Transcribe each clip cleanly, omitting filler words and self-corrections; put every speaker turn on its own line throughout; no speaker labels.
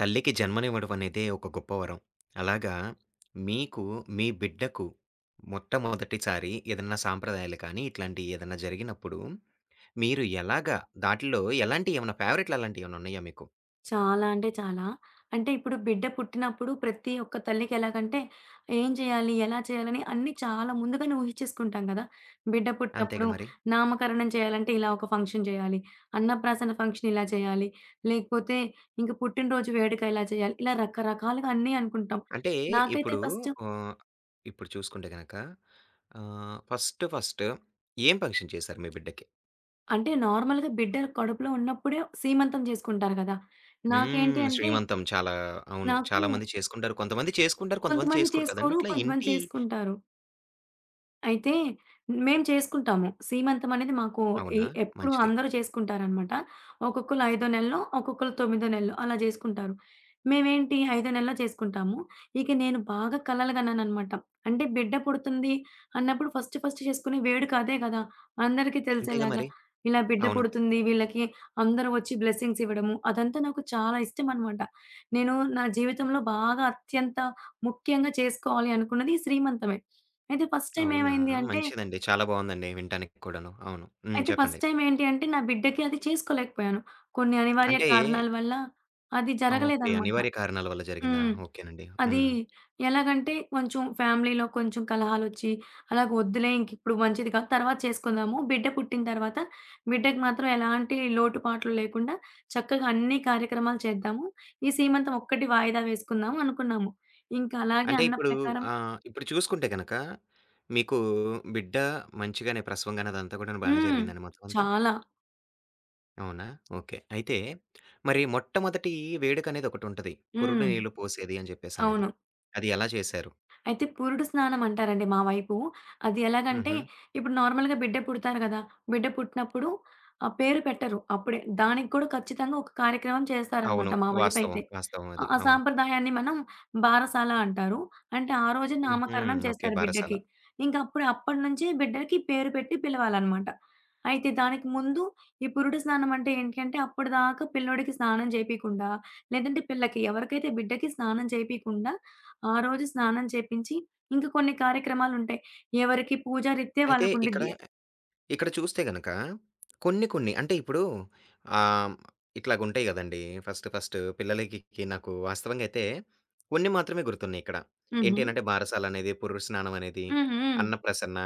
తల్లికి జన్మనివ్వడం అనేదే ఒక గొప్ప వరం. అలాగా మీకు, మీ బిడ్డకు మొట్టమొదటిసారి ఏదన్నా సాంప్రదాయాలు కానీ, ఇట్లాంటియి ఏదన్నా జరిగినప్పుడు, మీరు ఎలాగా దాటిలో ఎలాంటియి ఏమన్నా ఫేవరెట్లు అలాంటియేమన్నా ఉన్నాయా మీకు?
చాలా అంటే చాలా. అంటే ఇప్పుడు బిడ్డ పుట్టినప్పుడు ప్రతి ఒక్క తల్లికి ఎలాగంటే ఏం చేయాలి? ఎలా చేయాలని అన్నీ చాలా ముందుగానే ఊహిచ్చేసుకుంటాం గదా! బిడ్డ పుట్టినప్పుడు
అంతేగా మరి.
నామకరణం చేయాలంటే ఇలా ఒక ఫంక్షన్ చేయాలి. అన్నప్రాసన ఫంక్షన్ ఇలా చేయాలి. లేకపోతే ఇంక పుట్టినరోజు వేడుక ఇలా చేయాలి. ఇలా రకరకాలుగా అన్నీ అనుకుంటాం.
అంటే
నాకైతే
ఇప్పుడు
ఫస్ట్
ఆహ్, ఇప్పుడు చూసుకుంటే గనక ఫస్ట్ ఫస్ట్ ఏం పరిచయం చేశారు మీ బిడ్డకి?
అంటే నార్మల్‌గా బిడ్డ కడుపులో ఉన్నప్పుడే సీమంతం చేసుకుంటారు గదా! నాకేంటి
హ్మ్.
అంటే
శ్రీమంతం చాలా అవును.
నాకు
చాలా మంది చేసుకుంటారు. కొంతమంది చేసుకుంటారు. కొంతమంది
కొంతమంది
చేసుకోరు కదండీ!
చేసుకోరు.
ఇట్లా
కొంతమంది
ఇంటి
చేసుకుంటారు. అయితే మేము చేసుకుంటాము. సీమంతం అనేది మాకు ఎ
అవునా?
ఎప్పుడు
మంచిది.
అందరూ చేసుకుంటారనమాట. ఒక్కొక్కళ్ళు ఐదో నెలలో, ఒక్కొక్కళ్ళు తొమ్మిదో నెలలో అలా చేసుకుంటారు. మేమేంటి ఐదో నెలలో చేసుకుంటాము. ఇక నేను బాగా కలలుగన్నాననమాట. అంటే బిడ్డ పుడుతుంది అన్నప్పుడు ఫస్ట్ ఫస్ట్ చేసుకునే వేడుక అదే కదా! అందరికీ
అంతేగా
తెలిసేలాగా
మరి.
ఇలా బిడ్డ
అవును.
పుడుతుంది వీళ్ళకి అందరూ వచ్చి బ్లెస్సింగ్స్ ఇవ్వడము. అదంతా నాకు చాలా ఇష్టం అనమాట. నేను నా జీవితంలో బాగా అత్యంత ముఖ్యంగా చేసుకోవాలి అనుకున్నది ఈ శ్రీమంతమే. అయితే ఫస్ట్ టైమ్
అవునా!
ఏమైంది అంటే
మంచిదండి. చాలా బావుందండి వినటానికి కూడాను. అవును. హ్మ్.
అయితే ఫస్ట్
చెప్పండి.
టైమ్ ఏంటి అంటే నా బిడ్డకి అది చేసుకోలేకపోయాను. కొన్ని అనివార్య
అంటే
కారణాల వల్ల అది
ఓకే.
జరగలేదనమాట.
అనివార్య కారణాల వల్ల జరిగిందా?
హ్మ్.
ఓకేనండి.
అది
హ్మ్.
ఎలాగంటే కొంచెం ఫ్యామిలీలో కొంచెం కలహాలొచ్చి అలాగ వద్దులే ఇంకిప్పుడు మంచిది కాదు. తర్వాత చేసుకుందాము. బిడ్డ పుట్టిన తర్వాత బిడ్డకి మాత్రం ఎలాంటి లోటుపాట్లు లేకుండా చక్కగా అన్ని కార్యక్రమాలు చేద్దాము. ఈ సీమంతం ఒక్కటి వాయిదా వేసుకుందాం అనుకున్నాము. ఇంకా అలాగే
అంటే
అన్న
ఇప్పుడు
ప్రకారం
ఇప్పుడు చూసుకుంటే గనక మీకు బిడ్డ మంచిగానే ప్రసవం గాని అదంతా కూడాను బానే
హ్మ్.
జరిగిందండి మొత్తం అంతా?
చాలా.
అవునా? ఓకే. అయితే మరి మొట్టమొదటి వేడుకనేది ఒకటుంటది. పురుడు
హ్మ్.
నీళ్లు పోసేది అని చెప్పేసనేది.
అవును.
అది ఎలా చేశారు?
అయితే పురుడు స్నానం అంటారండి మా వైపు. అది ఎలాగంటే,
హుహు.
ఇప్పుడు నార్మల్‌గా బిడ్డ పుడతారు గదా! బిడ్డ పుట్టినప్పుడు పేరు పెట్టరు అప్పుడే. దానికి కూడా ఖచ్చితంగా ఒక కార్యక్రమం చేస్తారనమాట
అవును.
మా
వాస్తవం.
వైపయితే.
వాస్తవం
ఆ!
అది.
ఆ
అవును.
సాంప్రదాయాన్ని మనం బారసాల అంటారు. అంటే ఆ రోజే
హుహు.
నామకరణం
ఓకే.
చేస్తారు
బారసాల.
బిడ్డకి. ఇంక అప్పుడే అప్పటి నుంచి బిడ్డకి పేరు పెట్టి పిలవాలనమాట. అయితే దానికి ముందు ఈ పురుడు స్నానం అంటే ఏంటంటే, అప్పటిదాకా పిల్లోడికి స్నానం జేపీయకుండా, లేదంటే పిల్లకి ఎవరికైతే బిడ్డకి స్నానం జేపీయకుండా ఆ రోజు స్నానం చేపించి, ఇంక కొన్ని కార్యక్రమాలుంటాయి. ఎవరికి పూజా రీత్యా
అయితే ఇక్కడ
వాళ్ళకుండిద్ది.
ఇక్కడ చూస్తే గనక కొన్ని అంటే ఇప్పుడు ఆహ్, ఇట్లాగుంటాయి గదండీ! ఫస్ట్ ఫస్ట్ పిల్లలకి నాకు వాస్తవంగా అయితే కొన్ని మాత్రమే గుర్తున్నాయిక్కడ.
హుహు.
ఏంటి అనంటే బారసాలనేది, పురుడు స్నానం అనేది,
హ్మ్. హ్మ్.
అన్నప్రసన్న,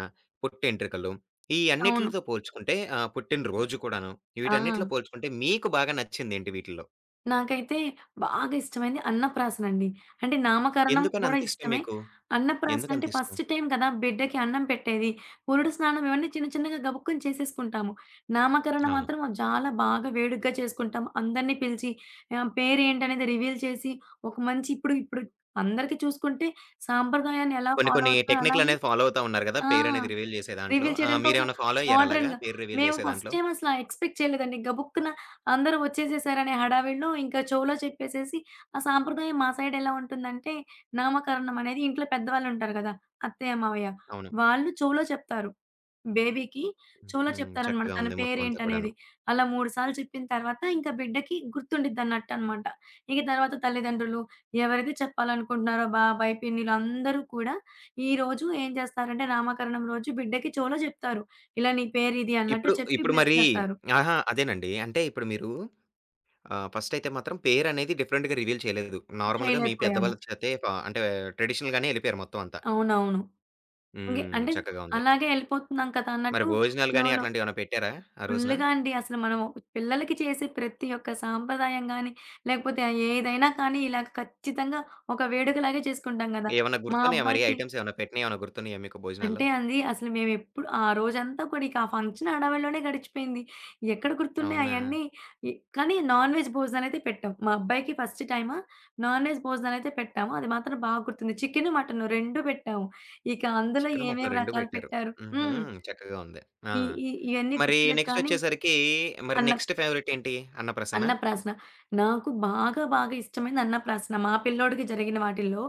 పుట్టెంట్రుకలు ఈ
అవును.
అన్నిట్లితో పోల్చుకుంటే పుట్టినరోజు కూడాను
ఆ!
వీటన్నిటిలో పోల్చుకుంటే మీకు బాగా నచ్చిందేంటి వీటిల్లో?
నాకైతే బాగా ఇష్టమైంది అన్నప్రాసనండి. అంటే నామకరణం
ఎందుకని
గూడా
అంత ఇష్టం
ఇష్టమే.
మీకు?
అన్నప్రాసన అంటే
ఎందుకంత ఇష్టం?
ఫస్ట్ టైమ్ కదా! బిడ్డకి అన్నం పెట్టేది. పురుడు స్నానం ఇవన్నీ చిన్న చిన్నగా గబుక్కున చేసేసుకుంటాము. నామకరణం
అవును.
మాత్రం చాలా బాగా వేడుగ్గా చేసుకుంటాం. అందరిని పిలిచి పేరేంటనేది రివీల్ చేసి ఒక మంచి ఇప్పుడు ఇప్పుడు అందరికి చూసుకుంటే సాంప్రదాయాన్ని ఎలా
కొన్ని
ఫాలో
కొన్ని
అవుతున్నారు అలాగే
టెక్నిక్‌లనేవి ఫాలో అవుతా ఉన్నారు గదా!
ఆ!
పేరనేది రివీల్ జేసే దాంట్లో.
రివీల్
ఆ!
చేయడానికి ఒక
మీరేమన్నా ఫాలో అయ్యారా అలాగా
మోడర్న్‌గా
పేరు రివీల్
మేము
జేసే
ఫస్ట్
దాంట్లో?
టైమ్ అసల ఎక్స్‌పెక్ట్ చేయలేదండి. గబుక్కున అందరూ వచ్చేసేసారనే హడావిడిలో ఇంకా చెవులో చెప్పేసేసి ఆ సాంప్రదాయం మా సైడ్ ఎలా ఉంటుందంటే నామకరణం అనేది ఇంట్లో పెద్దవాళ్ళుంటారు గదా! అత్తయ్య, మావయ్య.
అవును.
వాళ్ళు చెవులో చెప్తారు. బేబీకి చెవులో
హ్మ్.
చెప్తారనమాట.
చక్కగా
తన
ఉంది మొత్తం అంతా
పేరేంటనేది.
కూడాను.
అలా 3 సార్లు చెప్పిన తర్వాత ఇంక బిడ్డకి గుర్తుండిద్దన్నట్టనమాట. ఇక తర్వాత తల్లిదండ్రులు ఎవరైతే చెప్పాలనుకుంటున్నారో బాబాయ్, పిన్నిలు అందరూ కూడా ఈరోజు ఏం చేస్తారంటే నామకరణం రోజు బిడ్డకి చెవులో చెప్తారు. ఇలా నీ పేరిది అన్నట్టు
ఇప్పుడు,
చెప్పి
ఇప్పుడు
బ్లెస్
మరి
చేస్తారు.
ఆహా! అదేనండి. అంటే ఇప్పుడు మీరు ఫస్ట్ అయితే మాత్రం పేరనేది డిఫరెంట్‌గా రివీల్ చేయలేదు. నార్మల్‌గా మీ
చేయలేకపోయాము.
పెద్దవాళ్ళ చేతే అంటే ట్రెడిషనల్ గానే ఎళ్ళిపోయారు మొత్తం అంతా.
అవునవును. ఇంగే
హ్మ్.
అంటే
చక్కగా ఉంది.
అలాగే ఎళ్ళిపోతున్నాం కదా!
మరి
అన్నట్టు
భోజనాలు గాని
ఫ్లోలో
అట్లాంటివేమన్నా పెట్టారా ఆ రోజున?
ఫుల్లుగా అండి. అసలు మనం పిల్లలకి చేసే ప్రతి ఒక్క సాంప్రదాయం గాని, లేకపోతే ఏదైనా కానీ ఇలాగ ఖచ్చితంగా ఒక వేడుకలాగే చేసుకుంటాం గదా!
ఏమన్నా
మా
గుర్తున్నాయా మరి
అబ్బాయికి
ఐటెమ్స్ ఏమన్నా పెట్టినయి ఏమన్నా గుర్తున్నాయా మీకు
అంటే
భోజనాల్లో?
అండి అసలు మేమెప్పుడు ఆ రోజంతా కూడా ఇక ఆ ఫంక్షన్ హడావిడిలోనే గడిచిపోయింది. ఎక్కడ గుర్తున్నాయి
అవునా?
అయన్నీ. కానీ నాన్ వెజ్ భోజనాలైతే పెట్టాం. మా అబ్బాయికి ఫస్ట్ టైము నాన్ వెజ్ భోజనాలైతే పెట్టాము. అది మాత్రం బాగా గుర్తుంది. చికెను, మటను 2 పెట్టాము. ఇక అందులో
చికెను, మటను
ఏమేమి
2
రకాలు
పెట్టారు.
పెట్టారు
హుహు.
హ్మ్.
చక్కగా ఉంది. ఆ!
ఈ ఈ ఇయన్నీ
మరి
గుర్తులేదు కానీ
నెక్స్టొచ్చేసరికి మరి
అన్నం.
నెక్స్ట్ ఫేవరెట్ ఏంటి? అన్నప్రసన్నా?
అన్నప్రాసన. నాకు బాగా బాగా ఇష్టమైంది అన్నప్రాసన. మా పిల్లోడికి జరిగిన వాటిల్లో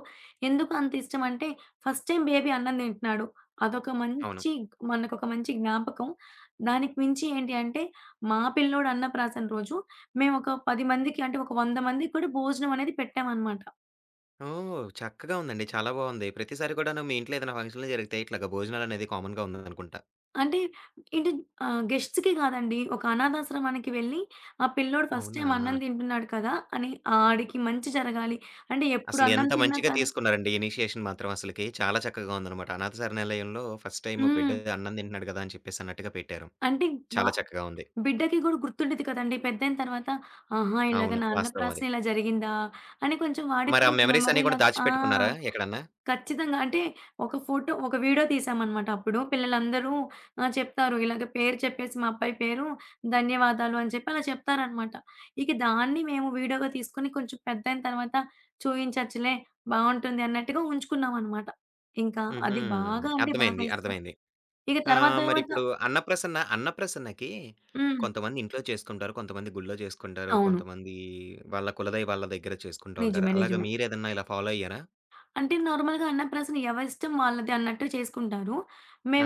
ఎందుకు అంత ఇష్టమంటే ఫస్ట్ టైమ్ బేబీ అన్నం తింటున్నాడు. అదొక
అవును.
మంచి మనకొక మంచి జ్ఞాపకం. దానికి మించి ఏంటి అంటే మా పిల్లోడు అన్నప్రాసన రోజు మేమొక 10 మందికి అంటే ఒక 100 మందికి కూడా భోజనం అనేది పెట్టామనమాట.
ఓహ్! చక్కగా ఉందండి. చాలా బావుంది. ప్రతిసారి కూడాను మీ ఇంట్లో ఏదైనా ఫంక్షన్‌లు జరిగితే ఇట్లాగ భోజనాలనేది కామన్‌గా ఉందనుకుంటా.
అంటే ఏంటి గెస్ట్స్‌కి కాదండి. ఒక అనాథాశ్రమానికి వెళ్ళి ఆ పిల్లోడు ఫస్ట్
అవునా?
టైమ్ అన్నం తింటున్నాడు కదా! అని ఆడికి మంచి జరగాలి. అంటే ఎప్పుడు
అసలు
అన్నం
ఎంత
తిన్నా
మంచిగా
కానీ
తీసుకున్నారండి ఇనీషియేషన్ మాత్రం అసలకి. చాలా చక్కగా ఉందనమాట. అనాథ శరణాలయంలో ఫస్ట్ టైమ్ బిడ్డ
హ్మ్.
అన్నం తింటున్నాడు కదా! అని చెప్పేసి అన్నట్టుగా పెట్టారు.
అంటే వ
చాలా చక్కగా ఉంది.
బిడ్డకి గూడా గుర్తుండేది కదండీ! పెద్దయిన తర్వాత ఆహా! ఇలాగ
అవును.
నా
వాస్తవం అది.
అన్నప్రాసన ఇలా జరిగిందా? అని కొంచెం వాడికి
మరి ఆ
కూడా ఒక
మెమోరీస్ అన్నీ కూడా
మెమరీలాగా ఆ!
దాచిపెట్టుకున్నారా ఎక్కడన్నా?
ఖచ్చితంగా. అంటే ఒక ఫోటో, ఒక వీడియో తీసామనమాట అప్పుడు. పిల్లలందరూ చెప్తారు. ఇలాగ పేరు చెప్పేసి మా అబ్బాయి పేరు ధన్యవాదాలు అని చెప్పి అలా చెప్తారనమాట. ఇక దాన్ని మేము వీడియోగా తీసుకొని కొంచెం పెద్దయిన తర్వాత చూయించచ్చులే బావుంటుంది అన్నట్టుగా ఉంచుకున్నామనమాట. ఇంకా
హుహు.
అది బాగా అంటే బాగా
అర్థమైంది.
ఇష్టం.
అర్థమైంది.
ఇక
ఆ!
తర్వాత తర్వాత
మరిప్పుడు అన్నప్రసన్న, అన్నప్రసన్నకి
హ్మ్.
కొంతమంది ఇంట్లో చేసుకుంటారు. కొంతమంది గుళ్ళో చేసుకుంటారు.
అవును.
కొంతమంది వాళ్ళ కులదైవాళ్ళ దగ్గర చేసుకుంటూ ఉంటారు.
నిజమే.
అలాగా
నిజమే.
మీరేదన్నా ఇలా ఫాలో అయ్యారా?
అంటే నార్మల్‌గా అన్నప్రాసన ఎవరిష్టం వాళ్ళది అన్నట్టు చేసుకుంటారు.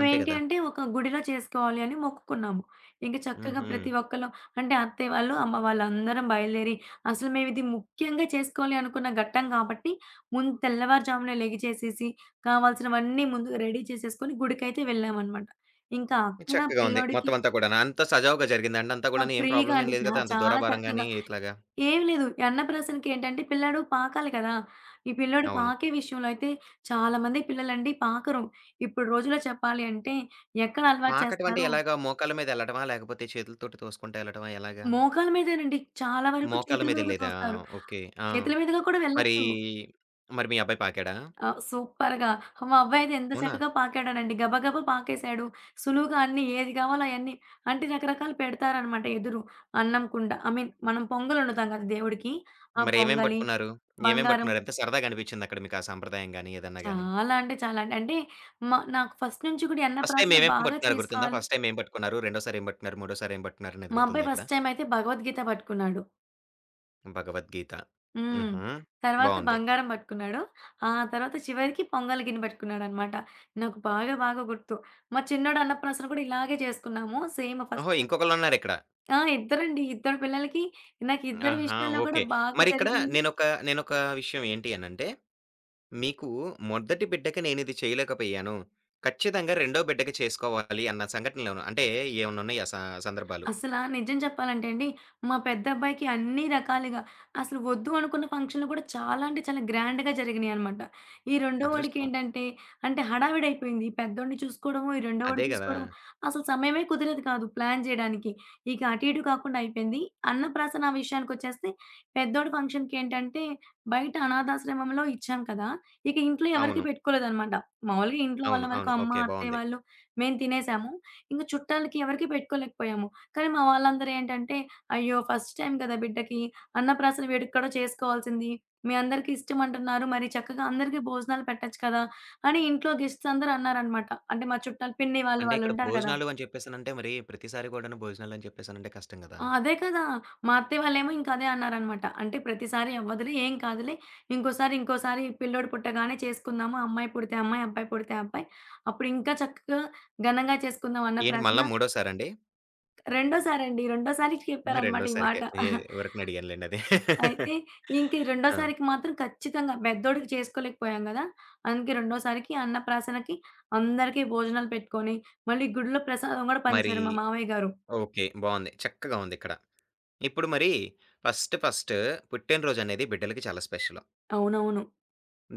అంతే గదా!
అంటే ఒక గుడిలో చేసుకోవాలి అని మొక్కుకున్నాము. ఇంక చక్కగా
హుహు.
ప్రతి ఒక్కళ్ళం అంటే అత్తయ్య వాళ్ళు, అమ్మ వాళ్ళందరం బయలుదేరి అసలు మేమిది ముఖ్యంగా చేసుకోవాలి అనుకున్న ఘట్టం కాబట్టి ముందు తెల్లవారుజామునే లెగిచేసేసి కావాల్సినవన్నీ ముందుగా రెడీ చేసేసుకొని గుడికైతే వెళ్ళామనమాట. ఇంకా అక్కడ
చక్కగా ఉంది.
పిల్లోడికి
మొత్తం అంతా కూడాను. అంతా సజావుగా జరిగిందా అండి అంతా
ఆ!
కూడాను? ఏం
ఫ్రీగా
ప్రాబ్లమ్ ఏం
అండి.
లేదు కదా! అంత
చాలా
దూరాభారం
చక్కగా
గాని ఇట్లాగా.
ఏం లేదు. ఈ అన్నప్రాసనకేంటంటే పిల్లాడు పాకాలి కదా! ఈ పిల్లోడు
అవును.
పాకే విషయంలో అయితే చాలామంది పిల్లలండి పాకరు. ఇప్పుడు రోజుల్లో చెప్పాలి అంటే ఎక్కడ అలవాటు
పాకటం అంటే
చేస్తున్నారు?
ఎలాగా? మోకాళ్ళ మీద ఎళ్ళటమా? లేకపోతే చేతులతోటి తోసుకుంటా ఎళ్ళటమా ఎలాగా?
మోకాళ్ళ మీదేనండి. చాలా వరకు
మోకాళ్ళ
చేతుల
మీద
మీదకు
ఎళ్ళేదా?
తోస్తారు.
ఓకే. ఆ!
చేతుల మీదుగా కూడా
మరి,
వెళ్ళొచ్చు.
మరి మీ అబ్బాయి పాకాడా?
ఆ! సూపర్‌గా. మా అబ్బాయితే ఎంత
అవునా?
చక్కగా పాకాడోనండి. గబగబా పాకేసాడు. సులువుగా అన్నీ ఏది కావాలో అయన్నీ అంటే రకరకాలు పెడతారనమాట ఎదురు. అన్నం కుండ ఐ మీన్ మనం పొంగలొండుతాం కదా! దేవుడికి. ఆ
మరేమేం
పొంగలి,
పట్టుకున్నారు? ఏమేం
బంగారం
పట్టుకున్నారు? ఎంత సరదాగా అనిపించింది అక్కడ మీకు ఆ సంప్రదాయం గాని, ఏదన్నా గాని?
చాలా అంటే చాలా అండి. అంటే నాకు ఫస్ట్ నుంచి కూడా ఈ
ఫస్ట్ టైమ్
అన్నప్రాసన
ఏమేం
బాగా
పట్టుకున్నారో గుర్తుందా?
చేసుకోవాలి.
ఫస్ట్ టైమ్ ఏం పట్టుకున్నారు? రెండోసారి ఏం పట్టుకున్నారు? మూడోసారి ఏం పట్టుకున్నారు అనేది
మా అబ్బాయి
గుర్తుందా ఇక్కడ?
ఫస్ట్ టైమ్ అయితే భగవద్గీత పట్టుకున్నాడు.
భగవద్గీత.
హ్మ్.
హుహు.
తర్వాత
బావుంది.
బంగారం పట్టుకున్నాడు. ఆ తర్వాత చివరికి పొంగల్ గిన్నె పట్టుకున్నాడనమాట. నాకు బాగా బాగా గుర్తు. మా చిన్నోడు అన్నప్రాసన కూడా ఇలాగే చేసుకున్నాము. సేమ్
ఓహో!
ఫస్ట్
ఇంకొకళ్ళున్నారిక్కడ.
ఆ! ఇద్దరండి. ఇద్దరు పిల్లలకి నాకు ఇద్దరి
ఆహా!
విషయాల్లో కూడా
ఓకే.
బాగా
మరిక్కడ
జరిగింది.
నేనొక నేనొక విషయం ఏంటి అనంటే, మీకు మొదటి బిడ్డకి నేనిది చేయలేకపోయాను. ఖచ్చితంగా రెండో బిడ్డకి చేసుకోవాలి అన్న సంఘటనలేమన్నా అంటే ఏమన్నున్నాయా సందర్భాలు?
అసలా నిజం చెప్పాలంటే అండి, మా పెద్దబ్బాయికి అన్ని రకాలుగా అసలు వద్దు అనుకున్న ఫంక్షన్‌లు కూడా చాలా అంటే చాలా గ్రాండ్‌గా జరిగినియనమాట. ఈ రెండో
అదృష్టం.
వాడికేంటంటే, అంటే హడావిడైపోయింది. ఈ పెద్దోడిని చూసుకోవడము, ఈ రెండో
అదే
వాడిని
గదా!
చూసుకోవడము, అసలు సమయమే కుదిరేది కాదు ప్లాన్ జేయడానికి. ఇక అటు ఇటు కాకుండా అయిపోయింది. అన్నప్రాసన విషయానికొచ్చేస్తే, పెద్దోడి ఫంక్షన్‌కేంటంటే, బయట అనాథాశ్రమంలో ఇచ్చాం కదా! ఇక ఇంట్లో ఎవరికీ
అవును.
పెట్టుకోలేదనమాట. మామూలుగా ఇంట్లో వాళ్ళ
అవును.
వరకు
అవును.
అమ్మ,
ఓకే.
అత్తయ్య
బావుంది.
వాళ్ళు మేము తినేసాము. ఇంక చుట్టాలకి ఎవరికీ పెట్టుకోలేకపోయాము. కానీ మా వాళ్ళందరూ ఏంటంటే, "అయ్యో! ఫస్ట్ టైమ్ కదా బిడ్డకి, అన్నప్రాసన వేడుక కూడా చేసుకోవాల్సింది. మీ అందరికీ ఇష్టం అంటున్నారు. మరి చక్కగా అందరికీ భోజనాలు పెట్టొచ్చు కదా!" అని ఇంట్లో గెస్ట్స్ అందరూ అన్నారనమాట. అంటే మా చుట్టాలు పిన్ని వాళ్ళు
అంటే ఇక్కడ
వాళ్ళుంటారు కదా!
భోజనాలు అని చెప్పేసానంటే మరి ప్రతిసారి కూడాను భోజనాలని చెప్పేసానంటే కష్టం గదా!
ఆ! అదే కదా! మా అత్తయ్య వాళ్ళేమో ఇంక అదే అన్నారనమాట. "అంటే ప్రతిసారి అవ్వదులే, ఏం కాదులే. ఇంకోసారి, ఇంకోసారి పిల్లోడు పుట్టగానే చేసుకుందాము. అమ్మాయి పుడితే అమ్మాయి, అబ్బాయి పుడితే అబ్బాయి. అప్పుడు ఇంకా చక్కగా ఘనంగా చేసుకుందాం
ఏంటి
అన్నప్రాసన."
మళ్ళా మూడోసారండి?
రెండోసారండి. రెండోసారి అండి, రెండోసారి చెప్పారనమాట ఈ మాట.
రెండోసారికే. ఏ ఊరకనే అడిగానులెండి అది.
అయితే ఇంక ఈ
ఆ!
రెండోసారికి మాత్రం ఖచ్చితంగా పెద్దోడికి చేసుకోలేకపోయాం గదా! అందుకే రెండోసారికి అన్నప్రాసనకి అందరికీ భోజనాలు పెట్టుకొని, మళ్ళీ గుడిలో ప్రసాదం గూడా
మరి
పంచారు మా మామయ్య గారు.
ఓకే. బావుంది. చక్కగా ఉందిక్కడ. ఇప్పుడు మరి ఫస్ట్ ఫస్ట్ పుట్టినరోజనేది బిడ్డలకి చాలా స్పెషలు.
అవునవును.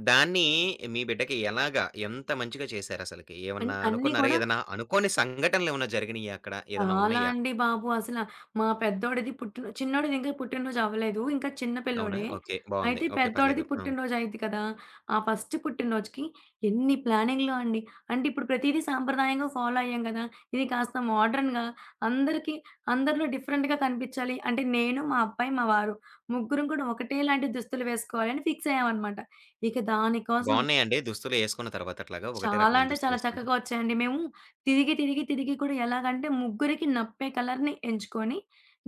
దాన్ని మీ బిడ్డకి ఎలాగా, ఎంత మంచిగా చేశారసలకి? ఏమన్నా
అన్నీ
అనుకున్నారా?
కూడా
ఏదన్నా అనుకోని సంఘటనలేమన్నా జరిగినియ్యా అక్కడ? ఏదన్నా
చాలా
ఉన్నయ్యా?
అండి బాబు. అసల మా పెద్దోడిది పుట్టిన చిన్నోడిది ఇంకా పుట్టినరోజు అవ్వలేదు. ఇంకా చిన్న
అవునా?
పిల్లోడే.
ఓకే. బావుంది.
అయితే
ఓకే.
పెద్దోడిది
పర్లేదు. ఆ!
పుట్టినరోజు అయ్యిద్ది కదా! ఆ ఫస్ట్ పుట్టినరోజుకి ఎన్ని ప్లానింగ్‌లో అండి. అంటే ఇప్పుడు ప్రతీదీ సాంప్రదాయంగా ఫాలో అయ్యాం కదా! ఇది కాస్త మోడర్న్‌గా అందరికి అందరిలో డిఫరెంట్‌గా కనిపించాలి. అంటే నేను, మా అబ్బాయి, మా వారు ముగ్గురం కూడా ఒకటే లాంటి దుస్తులు వేసుకోవాలని ఫిక్స్ అయ్యామనమాట. ఇక దానికోసం
బావున్నాయండి దుస్తులు యేసుకున్న తర్వాత అట్లాగా? ఒకటే
చాలా
రకమైన
అంటే చాలా
దుస్తులేసుకుంటే.
చక్కగా వచ్చాయండి. మేము తిరిగి, తిరిగి, తిరిగి కూడా ఎలాగంటే ముగ్గురికి నప్పే కలర్‌ని ఎంచుకొని,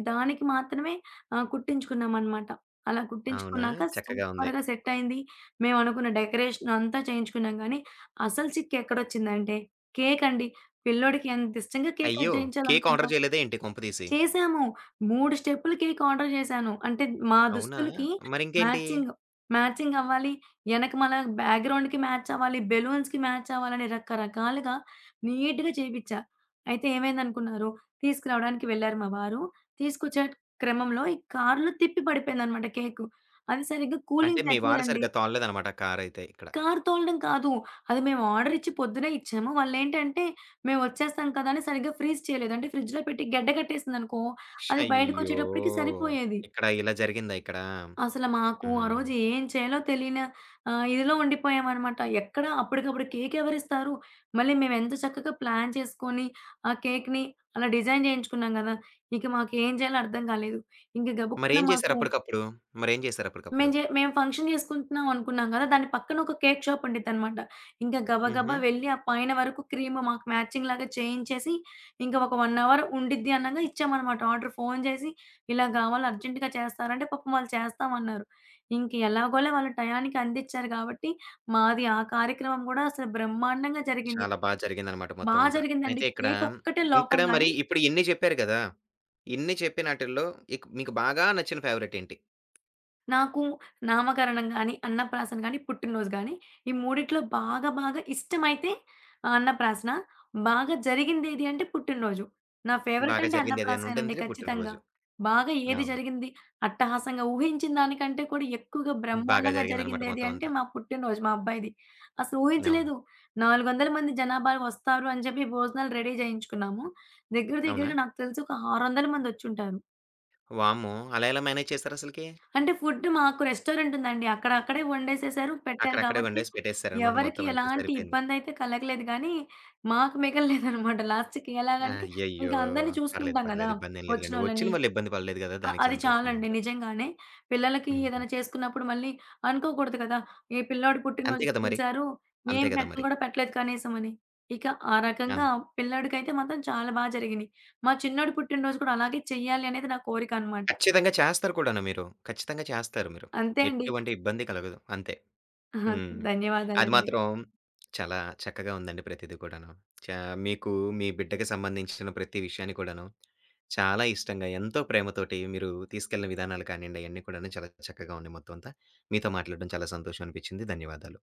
దానికి మాత్రమే కుట్టించుకున్నామనమాట. అలా
అవునా?
కుట్టించుకున్నాక
చక్కగా ఉంది.
సూపర్‌గా సెట్ అయింది. మేము అనుకున్న డెకరేషన్ అంతా చేయించుకున్నాం గానీ, అసలు చిక్కెక్కడొచ్చిందంటే కేకండి. పిల్లోడికి ఎంత ఇష్టంగా కేక్
అయ్యో!
కట్
కేక్ ఆర్డర్
చేయించాలనుకుంటాం.
చేయలేదా ఏంటి కొంపదీసి?
చేశాము. 3 స్టెప్పులు కేక్ ఆర్డర్ చేశాను. అంటే మా
అవునా?
దుస్తులకి
మరింకేంటి?
మ్యాచింగ్, మ్యాచింగ్ అవ్వాలి. ఎనకమాల బ్యాక్‌గ్రౌండ్‌కి మ్యాచ్ అవ్వాలి. బెలూన్స్‌కి మ్యాచ్ అవ్వాలని రకరకాలుగా నీట్‌గా చేపిచ్చా. అయితే ఏమైందనుకున్నారు? తీసుకురావడానికి వెళ్లారు మా వారు. తీసుకొచ్చే క్రమంలో ఈ కార్‌లో తిప్పి పడిపోయిందనమాట కేకు. అది సరిగ్గా
అంటే
కూలింగ్
మీ వారు
తట్టలేదండి.
సరిగ్గా తోలలేదనమాట కారైతే ఇక్కడ.
కారు తోలడం కాదు. అది మేము ఆర్డర్ ఇచ్చి పొద్దునే ఇచ్చాము. వాళ్ళేంటంటే మేమొచ్చేస్తాం కదా! అని సరిగ్గా ఫ్రీజ్ చేయలేదు. అంటే ఫ్రిడ్జ్‌లో పెట్టి గడ్డ కట్టేసిందనుకో, అది
అయ్యో!
బయటకొచ్చేటప్పటికి సరిపోయేది.
ఇక్కడ ఇలా జరిగిందా ఇక్కడ?
అసలు మాకు ఆ
హుహు.
రోజు ఏం చేయాలో తెలియని ఇదిలో ఉండిపోయామనమాట. ఎక్కడ అప్పటికప్పుడు కేక్ ఎవరిస్తారు? మళ్ళీ మేమెంత చక్కగా ప్లాన్ చేసుకొని, ఆ కేక్‌ని అలా డిజైన్ చేయించుకున్నాం గదా! ఇక మాకేం చేయాలో అర్థం కాలేదు. ఇంక గబుక్కున
మరేం జేశారు
మాకు
అప్పటికప్పుడు? మరేం జేశారు అప్పటికప్పుడు?
మేము ఫంక్షన్ జేసుకుంటున్నాం అనుకున్నాం గదా! దాని పక్కన ఒక కేక్ షాప్ ఉండిద్దనమాట. ఇంకా గబగబా
హుహు.
వెళ్లి ఆ పైన వరకు క్రీమ్ మాకు మ్యాచింగ్‌లాగా చేయించేసి, ఇంకా ఒక 1 అవర్ ఉండిద్ది అనంగా ఇచ్చామనమాట ఆర్డర్. ఫోను జేసి, "ఇలా గావాలి అర్జెంట్‌గా చేస్తారా?" అంటే పాపం వాళ్ళు చేస్తామన్నారు. ఇంక ఎలాగోలా వాళ్ళు టయానికి అందిచ్చారు గాబట్టి, మాది ఆ కార్యక్రమం గూడా అసలు బ్రహ్మాండంగా జరిగింది.
చాలా బా జరిగిందనమాట
బా
మొత్తం అంతా.
జరిగిందండి.
అయితే ఇక్కడ,
కేక్ ఒక్కటే లోపం
ఇక్కడ మరి
గాని
ఇప్పుడు ఇన్ని చెప్పారు గదా! ఇన్ని చెప్పినాటిల్లో మీకు బాగా నచ్చిన ఫేవరెట్ ఏంటి?
నాకు నామకరణం గానీ, అన్నప్రాసన గానీ, పుట్టినరోజు గానీ, ఈ మూడిట్లో బాగా బాగా ఇష్టమైతే ఆ అన్నప్రాసన. బాగా జరిగిందేది అంటే పుట్టినరోజు. నా ఫేవరెట్
బాగా
అంటే
జరిగింది ఏదైనా
అన్నప్రాసనేనండి
ఉందంటే
ఖచ్చితంగా.
పుట్టినరోజు.
బాగా ఏది
అవును.
జరిగింది అట్టహాసంగా ఊహించిన దానికంటే కూడా ఎక్కువగా
బాగా
బ్రహ్మాండంగా
జరిగిందనమాట
జరిగిందేది అంటే
మొత్తమంతా.
మా పుట్టినరోజు మా అబ్బాయిది. అసలు
అవును.
ఊహించలేదు. 400 మంది జనాభా వస్తారు అని చెప్పి భోజనాలు రెడీ చేయించుకున్నాము. దగ్గర
అవునా?
దగ్గరగా నాకు తెలిసి ఒక 600 మందొచ్చుంటారు.
వామ్మో! అలా ఎలా మేనేజ్ చేశారసలకి?
అంటే ఫుడ్ మాకు రెస్టారెంట్ ఉందండి. అక్కడ అక్కడే వండేసేసారు. పెట్టారు
అక్కడక్కడే
కాబట్టి
వండేసి పెట్టేసేసారనమాట
ఎవరికీ
మొత్తమంతా
ఎలాంటి
సరిపోయింది.
ఇబ్బందయితే కలగలేదు గానీ, మాకు మిగలలేదనమాట లాస్ట్‌కి. ఎలాగంటే ఇంక
అయ్యయ్యో!
అందరిని
పర్లేదు,
చూసుకుంటాం గదా!
పర్లేదు. ఇబ్బందేం లేదులెండి.
వచ్చినోళ్ళని.
వచ్చిన వాళ్ళు ఇబ్బంది పడలేదు గదా! దానికి
అది
సంతోషం
చాలండి
ముందుల.
నిజంగానే. పిల్లలకి
హ్మ్.
ఏదైనా చేసుకున్నప్పుడు మళ్ళీ అనుకోకూడదు కదా! ఏ పిల్లోడు
అంతే
పుట్టినరోజుకి
గదా మరి.
పిలిచారు. ఏం
అంతే గదా
పెట్టను
మరి.
గూడా పెట్టలేదు కనీసం అని. ఇక ఆ రకంగా
అన్
పిల్లాడికైతే మాత్రం చాలా బా జరిగినియి. మా చిన్నోడి పుట్టినరోజు కూడా అలాగే చెయ్యాలి అనేది నా కోరికనమాట.
ఖచ్చితంగా చేస్తారు కూడాను మీరు. ఖచ్చితంగా చేస్తారు మీరు.
అంతే అండి.
ఎటువంటి ఇబ్బంది కలగదు. అంతే.
ఆహా!
హ్మ్. అది
ధన్యవాదాలండి.
మాత్రం చాలా చక్కగా ఉందండి ప్రతీది కూడాను. చా మీకు మీ బిడ్డకి సంబంధించిన ప్రతి విషయాన్ని కూడాను చాలా ఇష్టంగా, ఎంతో ప్రేమతోటి మీరు తీసుకెళ్ళిన విధానాలు కానియండి, అయన్నీ కూడాను చాలా చక్కగా ఉన్నాయి మొత్తం అంతా. మీతో మాట్లాడడం చాలా సంతోషం అనిపించింది. ధన్యవాదాలు.